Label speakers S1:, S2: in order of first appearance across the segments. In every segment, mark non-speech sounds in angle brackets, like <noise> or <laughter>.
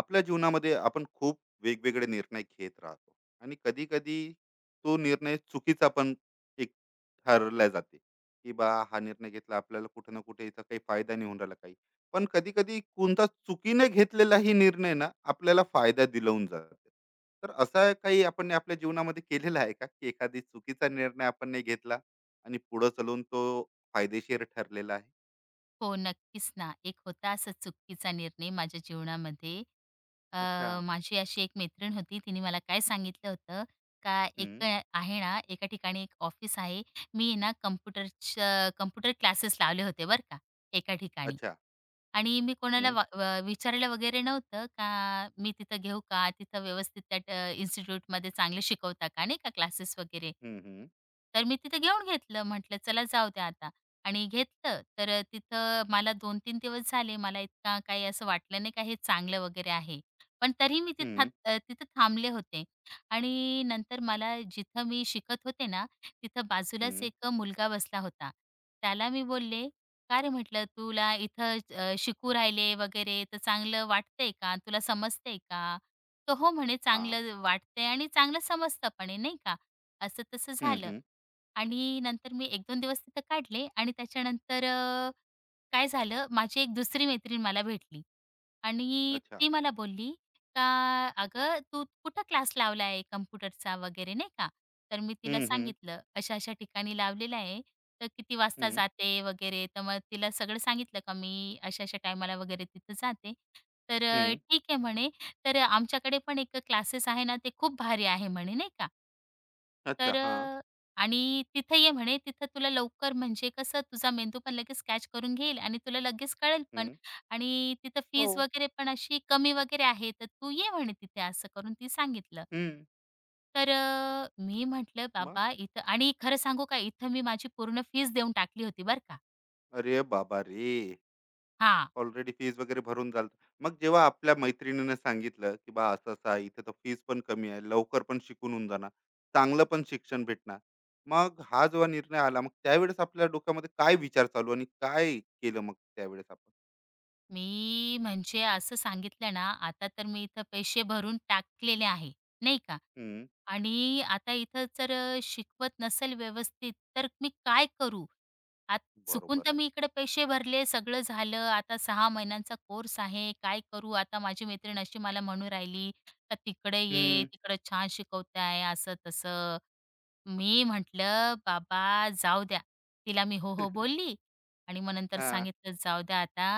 S1: आपल्या जीवनामध्ये आपण खूप वेगवेगळे निर्णय घेत राहतो आणि कधी कधी तो निर्णय चुकीचा पण एक ठरला जाते की बा हा निर्णय घेतला आपल्याला कुठे ना कुठे याचा काही फायदा नाही होऊन राहिला काही. पण कधी कधी कोणता चुकीने घेतलेलाही निर्णय ना आपल्याला फायदा दिलवून जातो. तर असा काही आपण आपल्या जीवनामध्ये केलेला आहे का की एखादी चुकीचा निर्णय आपण नाही घेतला आणि पुढे चालून तो फायदेशीर ठरलेला आहे?
S2: हो, नक्कीच ना. एक होता असा चुकीचा निर्णय माझ्या जीवनामध्ये.
S1: अच्छा.
S2: माझी अशी एक मैत्रीण होती. तिने मला काय सांगितलं होतं का एक
S1: हम्म.
S2: आहे ना, एका ठिकाणी एक ऑफिस आहे. मी आहे ना, कॉम्प्युटरचं कॉम्प्युटर क्लासेस लावले होते बरं का, एका ठिकाणी.
S1: अच्छा.
S2: आणि मी कोणाला
S1: हम्म.
S2: व विचारलं वगैरे नव्हतं का मी तिथं घेऊ का? तिथं व्यवस्थित त्या इन्स्टिट्यूटमध्ये चांगले शिकवता का नाही का क्लासेस वगैरे.
S1: हम्म. हम्म.
S2: तर मी तिथं घेऊन घेतलं. म्हटलं चला जाऊ द्या आता आणि घेतलं. तिथं मला 2-3 दिवस झाले. मला इतका काही असं वाटलं नाही का हे चांगलं वगैरे आहे. पण तरीही मी तिथं
S1: हम्म.
S2: तिथं थांबले होते आणि नंतर मला जिथं मी शिकत होते ना, तिथं बाजूलाच
S1: हम्म.
S2: एक मुलगा बसला होता. त्याला मी बोलले, का रे म्हटलं तुला इथं शिकू राहिले वगैरे तर चांगलं वाटतंय का? तुला समजतंय का? तर हो म्हणे
S1: हा.
S2: चांगलं वाटतंय आणि चांगलं समजतं पण आहे नाही का? असं तसं
S1: हं,
S2: झालं.
S1: हं.
S2: आणि नंतर मी 1-2 दिवस तिथं काढले आणि त्याच्यानंतर काय झालं माझी एक दुसरी मैत्रीण मला भेटली आणि
S1: अच्छा.
S2: ती मला बोलली का "अगं, तू कुठं क्लास लावला आहे कम्प्युटरचा वगैरे," नाही का. तर मी तिला
S1: हं, हं.
S2: सांगितलं, "अशा-अशा ठिकाणी लावलेला आहे, तर किती वाजता
S1: हं,
S2: जाते वगैरे." तर मग तिला सगळं सांगितलं का मी अशा-अशा टायमाला वगैरे तिथं जाते.
S1: हं.
S2: "ठीक आहे," म्हणे. "तर आमच्याकडे पण एक क्लासेस आहे ना, ते खूप भारी आहे," म्हणे नाही का.
S1: अच्छा.
S2: "तर
S1: हां.
S2: अ, आणि तिथं ये," म्हणे. "तिथं तुला लवकर म्हणजे कसं तुझा मेंदू पण लगेच कॅच करून घेईल आणि तुला लगेच कळेल पण,
S1: हं.
S2: आणि तिथं
S1: हो.
S2: फीज वगैरे पण अशी कमी वगैरे आहे, तर तू ये म्हणे तिथे असं करून ती सांगितलं.
S1: हं.
S2: मी म्हटलं
S1: मग?
S2: बाबा इथं आणि खरं सांगू का इथं मी माझी पूर्ण फीज देऊन टाकली होती बरं का.
S1: अरे बाबा रे!
S2: हां,
S1: ऑलरेडी फीज वगैरे भरून झालं. मग जेव्हा आपल्या मैत्रिणीनं सांगितलं, की बा असं-असं आहे, इथे तर फीज पण कमी आहे, लवकर पण शिकून होऊन जाणार, चांगलं पण शिक्षण भेटणार. मग हा जो निर्णय आला, मग त्यावेळेस आपल्या डोक्यामध्ये काय विचार चालू आणि काय केलं मग त्यावेळेस आपण?
S2: मी म्हणजे असं सांगितलं ना, आता तर मी इथं पैसे भरून टाकलेले आहे, नाही का.
S1: हं.
S2: आणि आता इथं जर शिकवत नसेल व्यवस्थित, तर मी काय करू? आत चुकून
S1: बरोबर
S2: तर
S1: आहे.
S2: मी इकडे पैसे भरले, सगळं झालं. आता 6 महिन्यांचा कोर्स आहे. काय करू? आता माझी मैत्रीण अशी मला म्हणू राहिली, का "तिकडे ये,
S1: हं.
S2: तिकडं छान शिकवताय," असं-तसं. मी म्हटलं, "बाबा जाऊ द्या." तिला मी हो, हो
S1: <laughs>
S2: बोलली आणि मग नंतर
S1: हां,
S2: सांगितलं, "जाऊ द्या आता."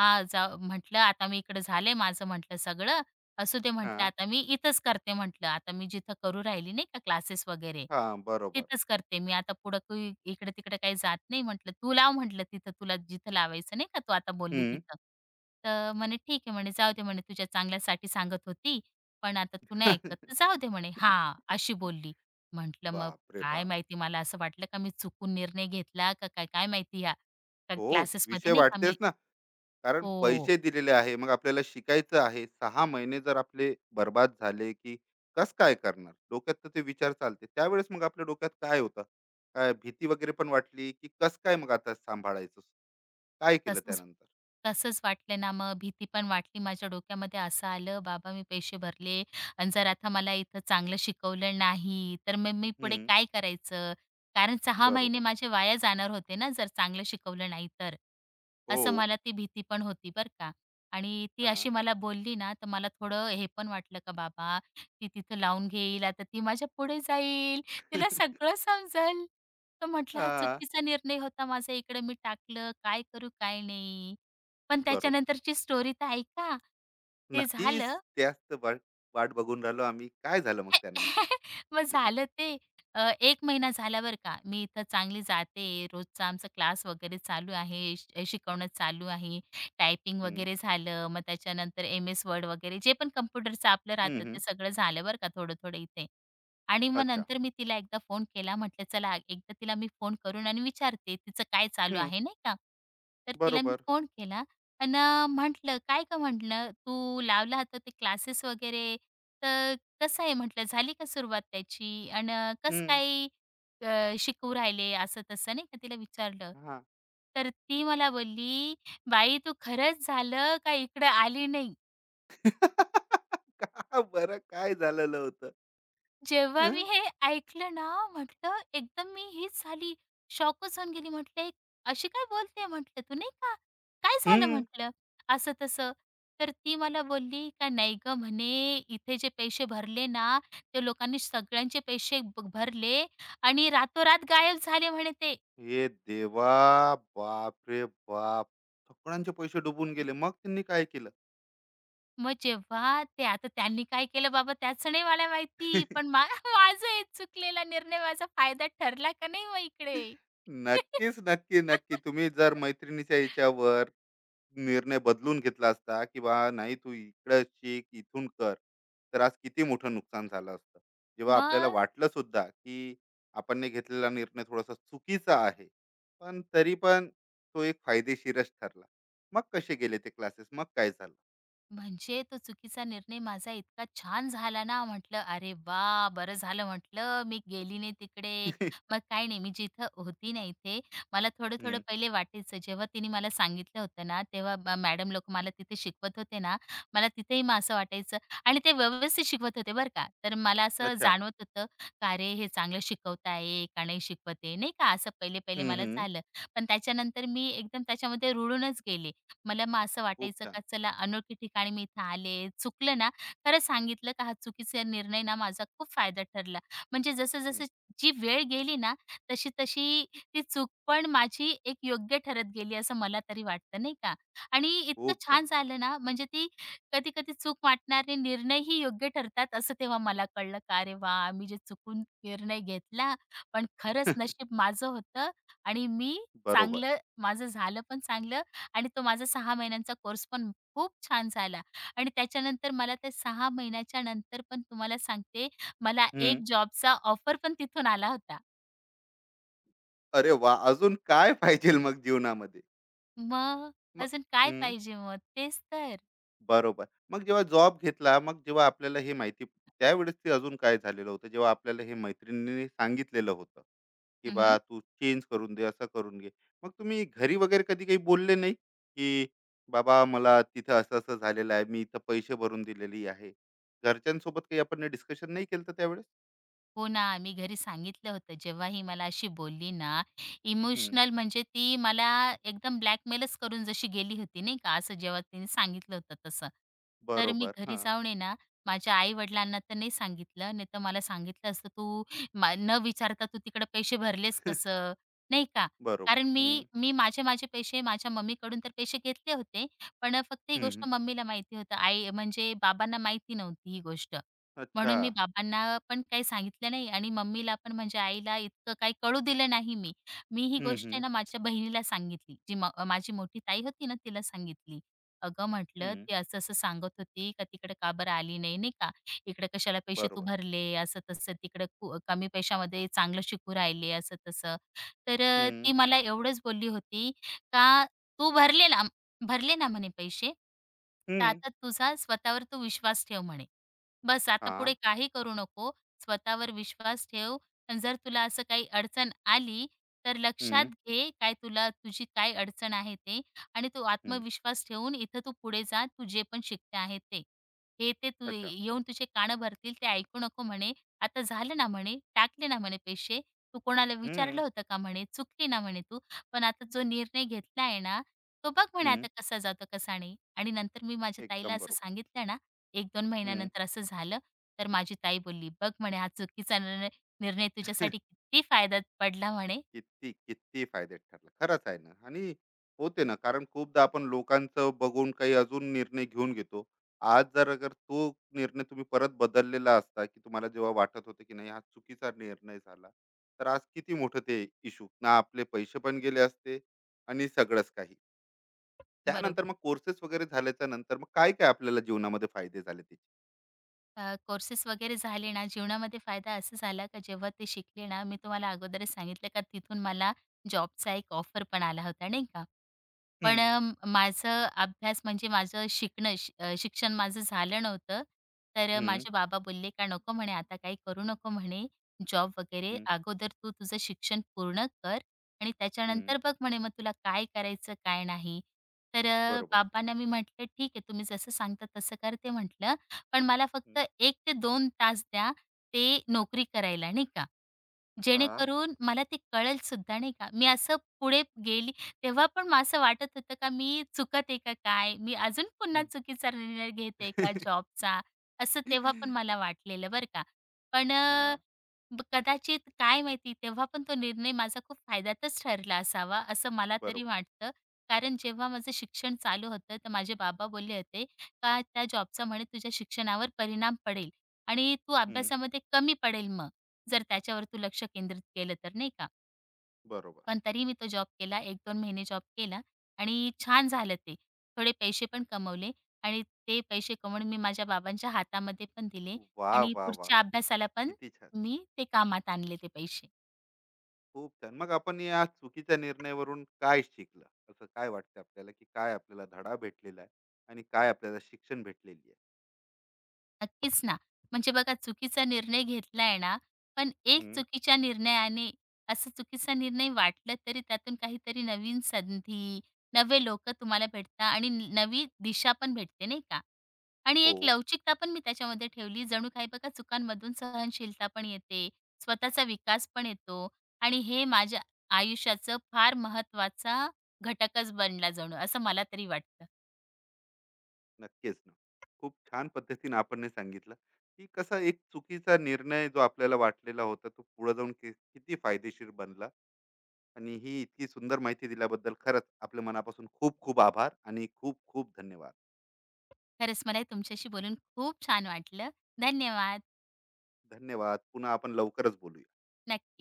S2: हां, जाऊ म्हटलं, "आता मी इकडं झालंय माझं," म्हटलं, "सगळं. असू दे," म्हटलं,
S1: हां.
S2: "आता मी इथंच करते," म्हटलं, "आता मी जिथं करू राहिली नाही का क्लासेस वगैरे,
S1: हां. <laughs> बरोबर.
S2: तिथंच करते मी. आता पुढं काही इकडं-तिकडं काही जात नाही," म्हटलं, "तू लाव," म्हटलं, "तिथं तुला जिथं लावायचं नाही का तू आता बोलली
S1: हं.
S2: तिथं." तर म्हणे, "ठीक आहे," म्हणे, "जाऊ दे," म्हणे, "तुझ्या चांगल्यासाठी सांगत होती, पण आता तू नाही ऐकत तर जाऊ
S1: <laughs>
S2: दे," म्हणे. हां, अशी बोलली. म्हटलं, "मग
S1: बाप रे
S2: काय
S1: बाप!
S2: माहिती मला असं वाटलं का मी चुकून निर्णय घेतला का काय, काय माहिती ह्या.
S1: हो,
S2: क्लासेसमध्ये
S1: विषय
S2: नाही का मी
S1: वाटतेच ना. कारण
S2: हो.
S1: पैसे दिलेले आहे, मग आपल्याला शिकायचं आहे. सहा महिने जर आपले बर्बाद झाले, की कस काय करणार? डोक्यात तर ते विचार चालते. त्यावेळेस मग आपल्या डोक्यात काय होतं? काय भीती वगैरे पण वाटली, की कसं काय मग आता सांभाळायचं? काय केलं
S2: तसंच
S1: त्यानंतर?
S2: तसंच वाटलं ना, मग भीती पण वाटली माझ्या डोक्यामध्ये. असं आलं, बाबा मी पैसे भरले आणि जर आता मला इथं चांगलं शिकवलं नाही, तर मग मी पुढे
S1: हं,
S2: काय करायचं? कारण 6 महिने
S1: बरोबर.
S2: माझे वाया जाणार होते ना, जर चांगलं शिकवलं नाही तर.
S1: हो.
S2: असं मला ती भीती पण होती बरं का. आणि ती
S1: हां.
S2: अशी मला बोलली ना, तर मला थोडं हे पण वाटलं का बाबा, ती तिथं लावून घेईल, आता ती माझ्या पुढे जाईल, तिला सगळं समजेल. तर म्हटलं हा
S1: हां,
S2: चुकीचा
S1: <laughs>
S2: निर्णय होता माझा, इकडे मी टाकलं, काय करू काय नाही. पण
S1: बरोबर.
S2: त्याच्यानंतरची स्टोरी तर ऐका. ते
S1: नक्कीच
S2: झालं
S1: त्याच तर वाट वाट बघून राहिलो आम्ही. काय झालं मग त्यानंतर?
S2: <laughs> मग
S1: <laughs>
S2: झालं ते 1 महिना झाला बरं का. मी इथं चांगली जाते. रोजचा आमचा क्लास वगैरे चालू आहे. शिकवणं चालू आहे. टायपिंग
S1: हं,
S2: वगैरे झालं. मग त्याच्यानंतर एम-एस वर्ड वगैरे जे पण कॉम्प्युटरचं आपलं
S1: हं,
S2: राहतं
S1: हं.
S2: ते सगळं झालं बरं का थोडं-थोडं इथे. आणि मग
S1: अच्छा.
S2: नंतर मी तिला एकदा फोन केला. म्हटलं चला एकदा तिला मी फोन करून आणि विचारते तिचं काय चालू
S1: हं,
S2: आहे नाही का. तर तिला मी
S1: बरोबर.
S2: फोन केला अन् म्हटलं, "काय गं?" म्हटलं, "तू लावला होता ते क्लासेस वगैरे तर कसं आहे म्हटलं, झाली का सुरुवात त्याची? कसं
S1: हं,
S2: काय शिकवू राहिले असं-तसं नाही का तिला विचारलं.
S1: हां.
S2: तर ती मला बोलली, "बाई तू खरंच झालं का इकडं आली नाही?"
S1: <laughs> का बरं काय झालेलं होतं?
S2: जेव्हा
S1: हं,
S2: मी हे ऐकलं ना, म्हटलं एकदम मी हीच झाली. शॉकच होऊन गेली. म्हटलं, "एक- "अशी काय बोलते?" म्हटलं, "तू नाही का? काय झालं?"
S1: हं.
S2: म्हटलं, "असं-तसं." तर ती मला बोलली का, "नाही गं," म्हणे, "इथे जे पैसे भरले ना, ते लोकांनी सगळ्यांचे पैसे भरले आणि रातोरात गायब झाले," म्हणे ते.
S1: हे देवा! बापरे बाप! सगळ्यांचे पैसे डुबून गेले. मग त्यांनी काय केलं?
S2: मग जेव्हा ते आता त्यांनी काय केलं बाबा त्याचं नाही मला माहिती, पण
S1: <laughs>
S2: <laughs> माझा हे चुकलेला निर्णय माझा फायदा ठरला का नाही मग इकडे?
S1: नक्कीच, नक्की, नक्की. तुम्ही जर
S2: <laughs>
S1: मैत्रिणीच्या याच्यावर निर्णय बदलून घेतला असता की बा नाही तू इकडं शिक इथून कर, तर आज किती मोठं नुकसान झालं असतं. जेव्हा आपल्याला
S2: मग
S1: वाटलं सुद्धा की आपण ने घेतलेला निर्णय थोडासा चुकीचा आहे, पण तरी पण तो एक फायदेशीरच ठरला. मग कसे गेले ते क्लासेस, मग काय झालं?
S2: म्हणजे तो चुकीचा निर्णय माझा इतका छान झाला ना, म्हटलं "अरे वा, बरं झालं" म्हटलं मी गेली नाही तिकडे.
S1: <laughs>
S2: मग काही नाही, मी जिथं होती ना इथे, मला थोडं-थोडं
S1: हम्म.
S2: पहिले वाटायचं. जेव्हा तिने मला सांगितलं होतं ना, तेव्हा मॅडम लोकं मला तिथे शिकवत होते ना, मला तिथेही मग असं वाटायचं आणि ते व्यवस्थित शिकवत होते बरं का. तर मला असं
S1: अच्छा.
S2: जाणवत होतं, का "अरे, हे चांगलं शिकवत का नाही शिकवत नाही का, असं पहिले-पहिले
S1: हम्म,
S2: मला
S1: हम्म.
S2: झालं. पण त्याच्यानंतर मी एकदम त्याच्यामध्ये रुळूनच गेले. मला मग असं
S1: खूप
S2: वाटायचं
S1: छान.
S2: का चला अनोळखी ठिकाणी मी इथं आले, चुकलं ना, खरं सांगितलं का हा चुकीचा निर्णय ना माझा खूप फायदा ठरला. म्हणजे
S1: हम्म.
S2: जसं-जसं जी वेळ गेली ना, तशी-तशी ती चूक पण माझी एक योग्य ठरत गेली असं मला तरी वाटतं नाही का. आणि इतकं
S1: खूप
S2: छान
S1: छान.
S2: झालं ना, म्हणजे ती कधी-कधी चूक वाटणारे निर्णयही योग्य ठरतात असं तेव्हा मला कळलं का अरे वाह! मी जे चुकून निर्णय घेतला, पण खरंच नशीब माझं होतं आणि मी
S1: बरोबर.
S2: चांगलं माझं झालं पण चांगलं आणि तो माझा 6 महिन्यांचा कोर्स पण खूप छान झाला आणि त्याच्यानंतर मला त्या 6 महिन्याच्या नंतर पण तुम्हाला सांगते, मला
S1: हम्म.
S2: एक जॉबचा ऑफर पण तिथून आला होता.
S1: अरे वा, अजून काय पाहिजे मग जीवनामध्ये?
S2: मग
S1: मग
S2: अजून काय पाहिजे मग? तेच तर.
S1: बरोबर. मग जेव्हा जॉब घेतला, मग जेव्हा आपल्याला हे माहिती, त्यावेळेस ते अजून काय झालेलं होतं, जेव्हा आपल्याला हे मैत्रिणीने सांगितलेलं होतं, की "बा, तू चेंज करून दे, असं करून घे." मग तुम्ही घरी वगैरे कधी काही बोलले नाही, की "बाबा, मला तिथं असं-असं झालेलं आहे, मी इथं पैसे भरून दिलेली आहे." घरच्यांसोबत काही आपण डिस्कशन नाही केलं तर त्यावेळेस?
S2: हो ना, मी घरी सांगितलं होतं. जेव्हा ही मला अशी बोलली ना,
S1: हं.
S2: इमोशनल म्हणजे ती मला एकदम ब्लॅकमेलच करून जशी गेली होती नाही का, असं जेव्हा तिने सांगितलं होतं तसं. तर मी
S1: बरोबर.
S2: घरी
S1: हां.
S2: जाऊन आहे ना, माझ्या आई-वडिलांना तर नाही सांगितलं, नाहीतर मला सांगितलं असतं, "तू न विचारता तू तिकडे पैसे भरलेस कसं?" नाही का.
S1: बरोबर.
S2: कारण मी
S1: हं.
S2: मी माझे माझे पैसे माझ्या मम्मीकडून तर पैसे घेतले होते, पण फक्त ही
S1: हं, हं.
S2: गोष्ट मम्मीला माहिती होतं. आई म्हणजे बाबांना माहिती नव्हती ही गोष्ट.
S1: अच्छा.
S2: म्हणून मी बाबांना पण काही सांगितलं नाही आणि मम्मीला पण म्हणजे आईला इतकं काही कळू दिलं नाही मी. मी ही
S1: हं,
S2: गोष्ट आहे
S1: हं.
S2: ना माझ्या बहिणीला सांगितली. जी माझी मोठी ताई होती ना तिला सांगितली. "अगं," म्हटलं,
S1: हं.
S2: "ती असं-असं सांगत होती का तिकडे का बरं आली नाही, नाही का? इकडे कशाला पैसे तू
S1: बरोबर.
S2: भरले, असं-तसं तिकडे कमी पैशामध्ये चांगलं शिकू राहिले असं-तसं."
S1: हं.
S2: ती मला एवढंच बोलली होती का "तू भरले ना म्हणे पैसे, तर
S1: हं.
S2: आता तुझा स्वतःवर तू विश्वास ठेव म्हणे." बस आता
S1: हां.
S2: पुढे काही करू नको. स्वतःवर विश्वास ठेव आणि जर तुला असं काही अडचण आली, तर लक्षात
S1: हं.
S2: घे काय तुला तुझी काय अडचण आहे ते आणि तू
S1: हं.
S2: आत्मविश्वास ठेवून इथं तू पुढे जा. तू जे पण शिकते आहे ते. हे ते तू
S1: अच्छा.
S2: येऊन तुझे कानं भरतील ते ऐकू नको म्हणे. आता झालं ना म्हणे, टाकले ना म्हणे पैसे. तू कोणाला
S1: हं,
S2: विचारलं होतं का म्हणे, चुकली ना म्हणे तू. पण आता जो निर्णय घेतला आहे ना, तो बघ म्हणे
S1: हं.
S2: आता कसा जातो कसा नाही. आणि नंतर मी माझ्या ताईला
S1: एकदम
S2: असं
S1: बरोबर.
S2: सांगितलं ना 1-2
S1: हं.
S2: महिन्यानंतर असं झालं, तर माझी ताई बोलली, "बघ म्हणे हा चुकीचा निर्णय निर्णय तुझ्यासाठी
S1: <laughs>
S2: किती फायद्यात पडला" म्हणे.
S1: किती, किती फायदेत ठरलं. खरंच आहे ना. आणि होते ना, कारण खूपदा आपण लोकांचं बघून काही अजून निर्णय घेऊन घेतो. आज जर अगर तो निर्णय तुम्ही परत बदललेला असता, की तुम्हाला जेव्हा वाटत होतं, की नाही हा चुकीचा निर्णय झाला, तर आज किती मोठं ते इश्यू ना, आपले पैसे पण गेले असते आणि सगळंच काही. त्यानंतर
S2: बरोबर.
S1: मग कोर्सेस वगैरे झाल्याच्या नंतर मग काय-काय आपल्याला जीवनामध्ये फायदे झाले त्याचे?
S2: कोर्सेस वगैरे झाले ना, जीवनामध्ये फायदा असं झाला का जेव्हा ते शिकले ना, मी तुम्हाला अगोदरच सांगितलं का तिथून मला जॉबचा एक ऑफर पण आला होता, नाही का.
S1: हं.
S2: माझं अभ्यास म्हणजे माझं शिकणं शिक्षण माझं झालं नव्हतं.
S1: हं,
S2: माझे बाबा बोलले का "नको म्हणे आता काही करू नको म्हणे जॉब वगैरे.
S1: हं,
S2: अगोदर तू तुझं शिक्षण पूर्ण कर आणि
S1: हं.
S2: त्याच्यानंतर बघ म्हणे मग तुला काय करायचं काय नाही."
S1: बरोबर.
S2: बाबांना मी म्हटलं "ठीक आहे तुम्ही जसं सांगता तसं करते" म्हटलं. "पण मला
S1: हं.
S2: फक्त 1 ते 2 तास द्या ते नोकरी करायला." नाही का.
S1: हां.
S2: जेणेकरून मला ते कळेल सुद्धा नाही का. मी असं पुढे गेली तेव्हा पण मला असं वाटत होतं का मी चुकते का काय? मी अजून पुन्हा चुकीचा निर्णय घेते का
S1: <laughs>
S2: जॉबचा? असं तेव्हा पण मला वाटलेलं बरं का. पण अ,
S1: हां,
S2: कदाचित काय माहिती तेव्हा पण तो निर्णय माझा खूप फायद्यातच ठरला असावा असं मला तरी
S1: बरोबर.
S2: वाटतं. कारण जेव्हा माझं शिक्षण चालू होतं तर माझे बाबा बोलले होते का त्या जॉबचा म्हणे तुझ्या शिक्षणावर परिणाम पडेल आणि तू
S1: हं,
S2: अभ्यासामध्ये कमी पडेल मग. जर त्याच्यावर तू लक्ष केंद्रित केलं तर, नाही का.
S1: बरोबर.
S2: पण तरीही मी तो जॉब केला. 1-2 महिने जॉब केला आणि छान झालं ते. थोडे पैसे पण कमवले आणि ते पैसे कमवून मी माझ्या बाबांच्या हातामध्ये पण दिले
S1: वा
S2: आणि
S1: वाह! वाह!
S2: पुढच्या अभ्यासाला पण
S1: किती छान.
S2: मी ते कामात आणले ते पैसे.
S1: खूप छान. मग आपण या चुकीच्या निर्णयावरून काय शिकलं? असं काय वाटतं आपल्याला, की काय आपल्याला धडा भेटलेला आहे आणि काय आपल्याला शिक्षण भेटलेली आहे?
S2: नक्कीच ना. म्हणजे बघा चुकीचा निर्णय घेतलाय ना, पण एक
S1: हं.
S2: चुकीच्या निर्णयाने असं चुकीचा निर्णय वाटला तरी त्यातून काहीतरी नवीन संधी, नवे लोकं तुम्हाला भेटतात आणि नवी दिशा पण भेटते, नाही का. आणि एक
S1: हो,
S2: लवचिकता पण मी त्याच्यामध्ये ठेवली. जणू काही बघा चुकांमधून सहनशीलता पण येते, स्वतःचा विकास पण येतो आणि हे माझ्या आयुष्याचं फार महत्वाचा घटकच बनला जणू, असं मला तरी वाटतं.
S1: नक्कीच ना. खूप छान पद्धतीने आपण हे सांगितलं, की कसा एक चुकीचा निर्णय जो आपल्याला वाटलेला होता, तो पुढे जाऊन किती फायदेशीर बनला आणि ही इतकी सुंदर माहिती दिल्याबद्दल खरंच आपल्या मनापासून खूप खूप आभार आणि खूप खूप धन्यवाद.
S2: खरंच मला हे तुमच्याशी बोलून खूप छान वाटलं. धन्यवाद.
S1: धन्यवाद. पुन्हा आपण लवकरच बोलूया.
S2: नक्की.